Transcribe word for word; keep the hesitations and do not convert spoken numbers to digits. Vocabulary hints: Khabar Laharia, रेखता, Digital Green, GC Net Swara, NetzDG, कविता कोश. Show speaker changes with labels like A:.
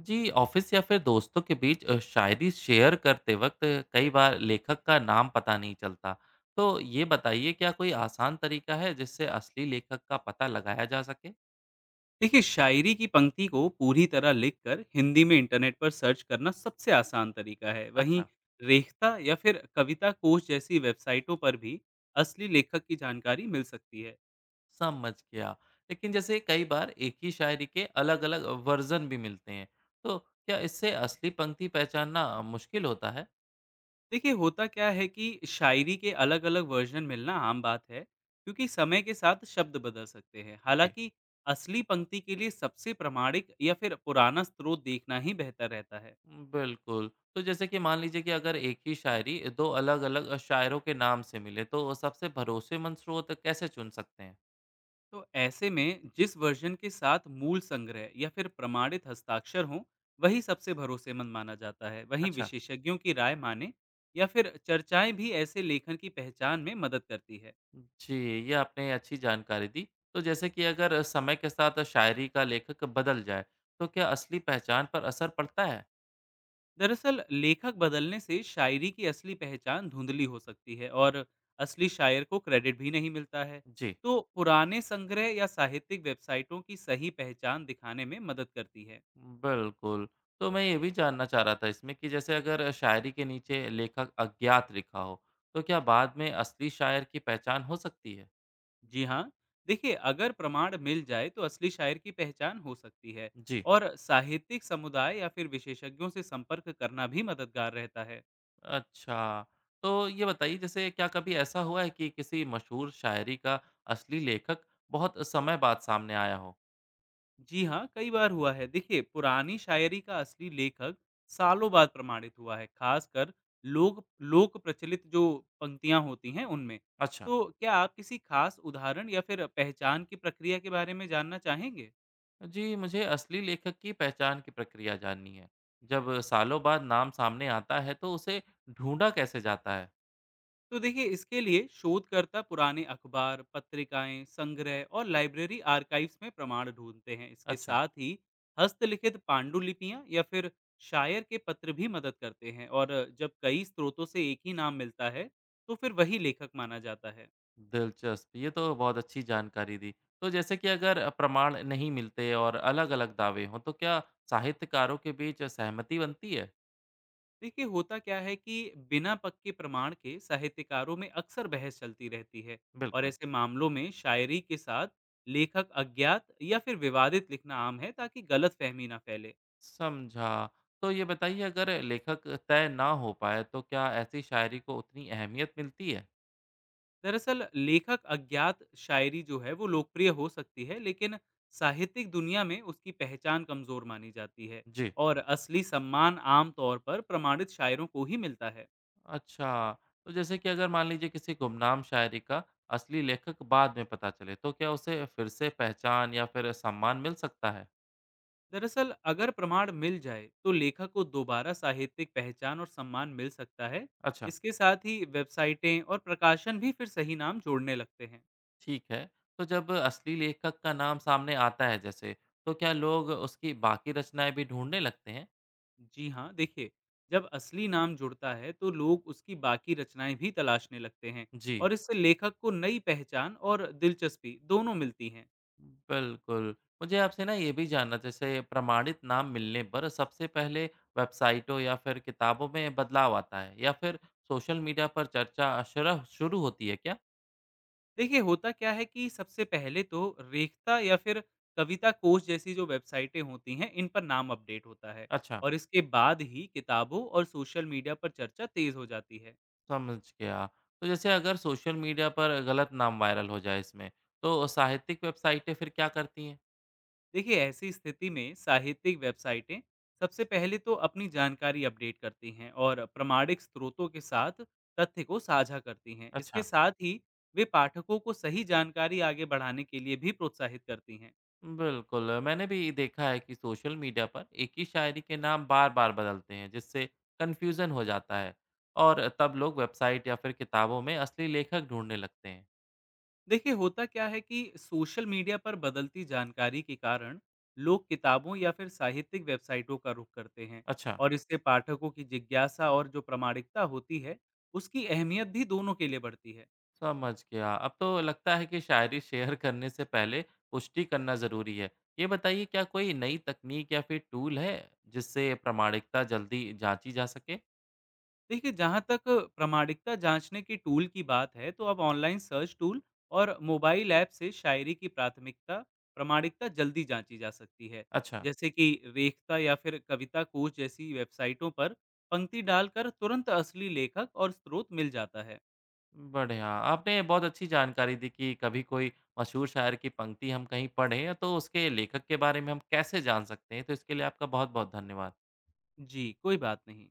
A: जी, office या फिर दोस्तों के बीच अ, शायरी share करते वक्त कई बार लेखक का नाम पता नहीं चलता। तो ये बताइए क्या कोई आसान तरीका है जिससे असली लेखक का पता लगाया जा सके?
B: देखिए, शायरी की पंक्ति को पूरी तरह लिखकर हिंदी में इंटरनेट पर सर्च करना सबसे आसान तरीका है। वहीं
A: अच्छा,
B: रेखता या फिर कविता कोश जैसी वेबसाइटों पर भी असली लेखक की जानकारी मिल सकती है।
A: समझ गया। लेकिन जैसे कई बार एक ही शायरी के अलग-अलग वर्जन भी मिलते हैं। तो क्या इससे असली पंक्ति पहचानना मुश्किल होता है?
B: देखिए, होता क्या है कि शायरी के अलग अलग वर्जन मिलना आम बात है, क्योंकि समय के साथ शब्द बदल सकते हैं।
A: जी
B: हालांकि असली पंक्ति के लिए सबसे प्रमाणिक या फिर पुराना स्रोत देखना ही बेहतर रहता है।
A: बिल्कुल। तो जैसे कि मान लीजिए कि अगर एक ही शायरी दो अलग-अलग शायरों के नाम से मिले तो सबसे भरोसेमंद स्रोत कैसे चुन सकते हैं?
B: तो ऐसे में जिस वर्जन के साथ मूल संग्रह या फिर प्रमाणित हस्ताक्षर हों, वही सबसे भरोसेमंद माना जाता है। वहीं
A: अच्छा।
B: विशेषज्ञों की राय माने या फिर चर्चाएं भी ऐसे लेखन की पहचान में मदद करती है।
A: जी, ये आपने अच्छी जानकारी दी। तो जैसे कि अगर समय के साथ शायरी का लेखक बदल जाए, तो क्या असली पहचान पर असर पड़ता है?
B: दरअसल लेखक बदलने से शायरी की असली पहचान धुंधली हो सकती है और असली शायर को क्रेडिट भी नहीं मिलता है।
A: जी,
B: तो पुराने संग्रह या साहित्यिक वेबसाइटों की सही पहचान दिखाने में मदद करती है।
A: बिल्कुल। तो मैं ये भी जानना चाह रहा था इसमें कि जैसे अगर शायरी के नीचे लेखक अज्ञात लिखा हो, तो क्या बाद में असली शायर की पहचान हो सकती है?
B: जी हाँ, देखिए, अगर प्रमाण मिल जाए तो असली शायर की पहचान हो सकती है।
A: जी,
B: और साहित्यिक समुदाय या फिर विशेषज्ञों से संपर्क करना भी मददगार रहता है।
A: अच्छा। तो ये बताइए जैसे क्या कभी ऐसा हुआ है कि किसी मशहूर शायरी का असली लेखक बहुत समय बाद सामने आया हो?
B: जी हाँ, कई बार हुआ है। देखिए, पुरानी शायरी का असली लेखक सालों बाद प्रमाणित हुआ है, खासकर लोग लोक प्रचलित जो पंक्तियां होती हैं उनमें।
A: अच्छा।
B: तो क्या आप किसी खास उदाहरण या फिर पहचान की प्रक्रिया के बारे में जानना चाहेंगे?
A: जी, मुझे असली लेखक की पहचान की प्रक्रिया जाननी है। जब सालों बाद नाम सामने आता है तो उसे ढूँढा कैसे जाता है?
B: तो देखिए, इसके लिए शोधकर्ता पुराने अखबार, पत्रिकाएं, संग्रह और लाइब्रेरी आर्काइव्स में प्रमाण ढूंढते हैं। इसके
A: अच्छा,
B: साथ ही हस्तलिखित पांडुलिपियां या फिर शायर के पत्र भी मदद करते हैं। और जब कई स्रोतों से एक ही नाम मिलता है, तो फिर वही लेखक माना जाता है।
A: दिलचस्प। ये तो बहुत अच्छी जानकारी दी। तो जैसे कि अगर प्रमाण नहीं मिलते और अलग-अलग दावे हों तो क्या साहित्यकारों के बीच सहमति बनती है?
B: देखिए, होता क्या है कि बिना पक्के प्रमाण के साहित्यकारों में अक्सर बहस चलती रहती है। और
A: बिल्कुल,
B: ऐसे मामलों में शायरी के साथ लेखक अज्ञात या फिर विवादित लिखना आम है, ताकि गलत फहमी ना फैले।
A: समझा। तो ये बताइए अगर लेखक तय ना हो पाए तो क्या ऐसी शायरी को उतनी अहमियत मिलती है?
B: दरअसल लेखक अज्ञात शायरी जो है वो लोकप्रिय हो सकती है, लेकिन साहित्यिक दुनिया में उसकी पहचान कमजोर मानी जाती है।
A: जी।
B: और असली सम्मान आम तौर पर प्रमाणित शायरों को ही मिलता है।
A: अच्छा, तो जैसे कि अगर मान लीजिए किसी गुमनाम शायरी का असली लेखक बाद में पता चले, तो क्या उसे फिर से पहचान या फिर सम्मान मिल सकता है?
B: दरअसल अगर प्रमाण मिल जाए तो लेखक को दोबारा साहित्यिक पहचान और सम्मान मिल सकता है।
A: अच्छा,
B: इसके साथ ही वेबसाइटें और प्रकाशन भी फिर सही नाम जोड़ने लगते हैं।
A: ठीक है। तो जब असली लेखक का नाम सामने आता है जैसे, तो क्या लोग उसकी बाकी रचनाएँ भी ढूँढने लगते हैं?
B: जी हाँ, देखिए, जब असली नाम जुड़ता है तो लोग उसकी बाकी रचनाएँ भी तलाशने लगते हैं।
A: जी,
B: और इससे लेखक को नई पहचान और दिलचस्पी दोनों मिलती हैं।
A: बिल्कुल। मुझे आपसे ना ये भी जानना जैसे प्रमाणित नाम मिलने पर सबसे पहले वेबसाइटों या फिर किताबों में बदलाव आता है या फिर सोशल मीडिया पर चर्चा शुरू शुरू होती है क्या?
B: देखिए, होता क्या है कि सबसे पहले तो रेखता या फिर कविता कोश जैसी जो वेबसाइटें होती हैं, इन पर नाम अपडेट होता है।
A: अच्छा।
B: और इसके बाद ही किताबों और सोशल मीडिया पर चर्चा तेज़ हो जाती है।
A: समझ गया। तो जैसे अगर सोशल मीडिया पर गलत नाम वायरल हो जाए इसमें, तो साहित्यिक वेबसाइटें फिर क्या करती हैं?
B: देखिए, ऐसी स्थिति में साहित्यिक वेबसाइटें सबसे पहले तो अपनी जानकारी अपडेट करती हैं और प्रमाणिक स्रोतों के साथ तथ्य को साझा करती हैं। इसके
A: अच्छा
B: साथ ही वे पाठकों को सही जानकारी आगे बढ़ाने के लिए भी प्रोत्साहित करती हैं।
A: बिल्कुल, मैंने भी देखा है कि सोशल मीडिया पर एक ही शायरी के नाम बार-बार बदलते हैं, जिससे कन्फ्यूज़न हो जाता है और तब लोग वेबसाइट या फिर किताबों में असली लेखक ढूँढने लगते हैं।
B: देखिए, होता क्या है कि सोशल मीडिया पर बदलती जानकारी के कारण लोग किताबों या फिर साहित्यिक वेबसाइटों का रुख करते हैं।
A: अच्छा
B: और इससे पाठकों की जिज्ञासा और जो प्रामाणिकता होती है, उसकी अहमियत भी दोनों के लिए बढ़ती है।
A: समझ गया। अब तो लगता है कि शायरी शेयर करने से पहले पुष्टि करना ज़रूरी है। ये बताइए क्या कोई नई तकनीक या फिर टूल है जिससे प्रामाणिकता जल्दी जांची जा सके?
B: देखिए, जहाँ तक प्रामाणिकता जाँचने के टूल की बात है, तो अब ऑनलाइन सर्च टूल और मोबाइल ऐप से शायरी की प्राथमिकता प्रामाणिकता जल्दी जाँची जा सकती है।
A: अच्छा,
B: जैसे कि रेखता या फिर कविता कोश जैसी वेबसाइटों पर पंक्ति डालकर तुरंत असली लेखक और स्रोत मिल जाता है।
A: बढ़िया। आपने बहुत अच्छी जानकारी दी कि कभी कोई मशहूर शायर की पंक्ति हम कहीं पढ़ें तो उसके लेखक के बारे में हम कैसे जान सकते हैं। तो इसके लिए आपका बहुत-बहुत धन्यवाद।
B: जी, कोई बात नहीं।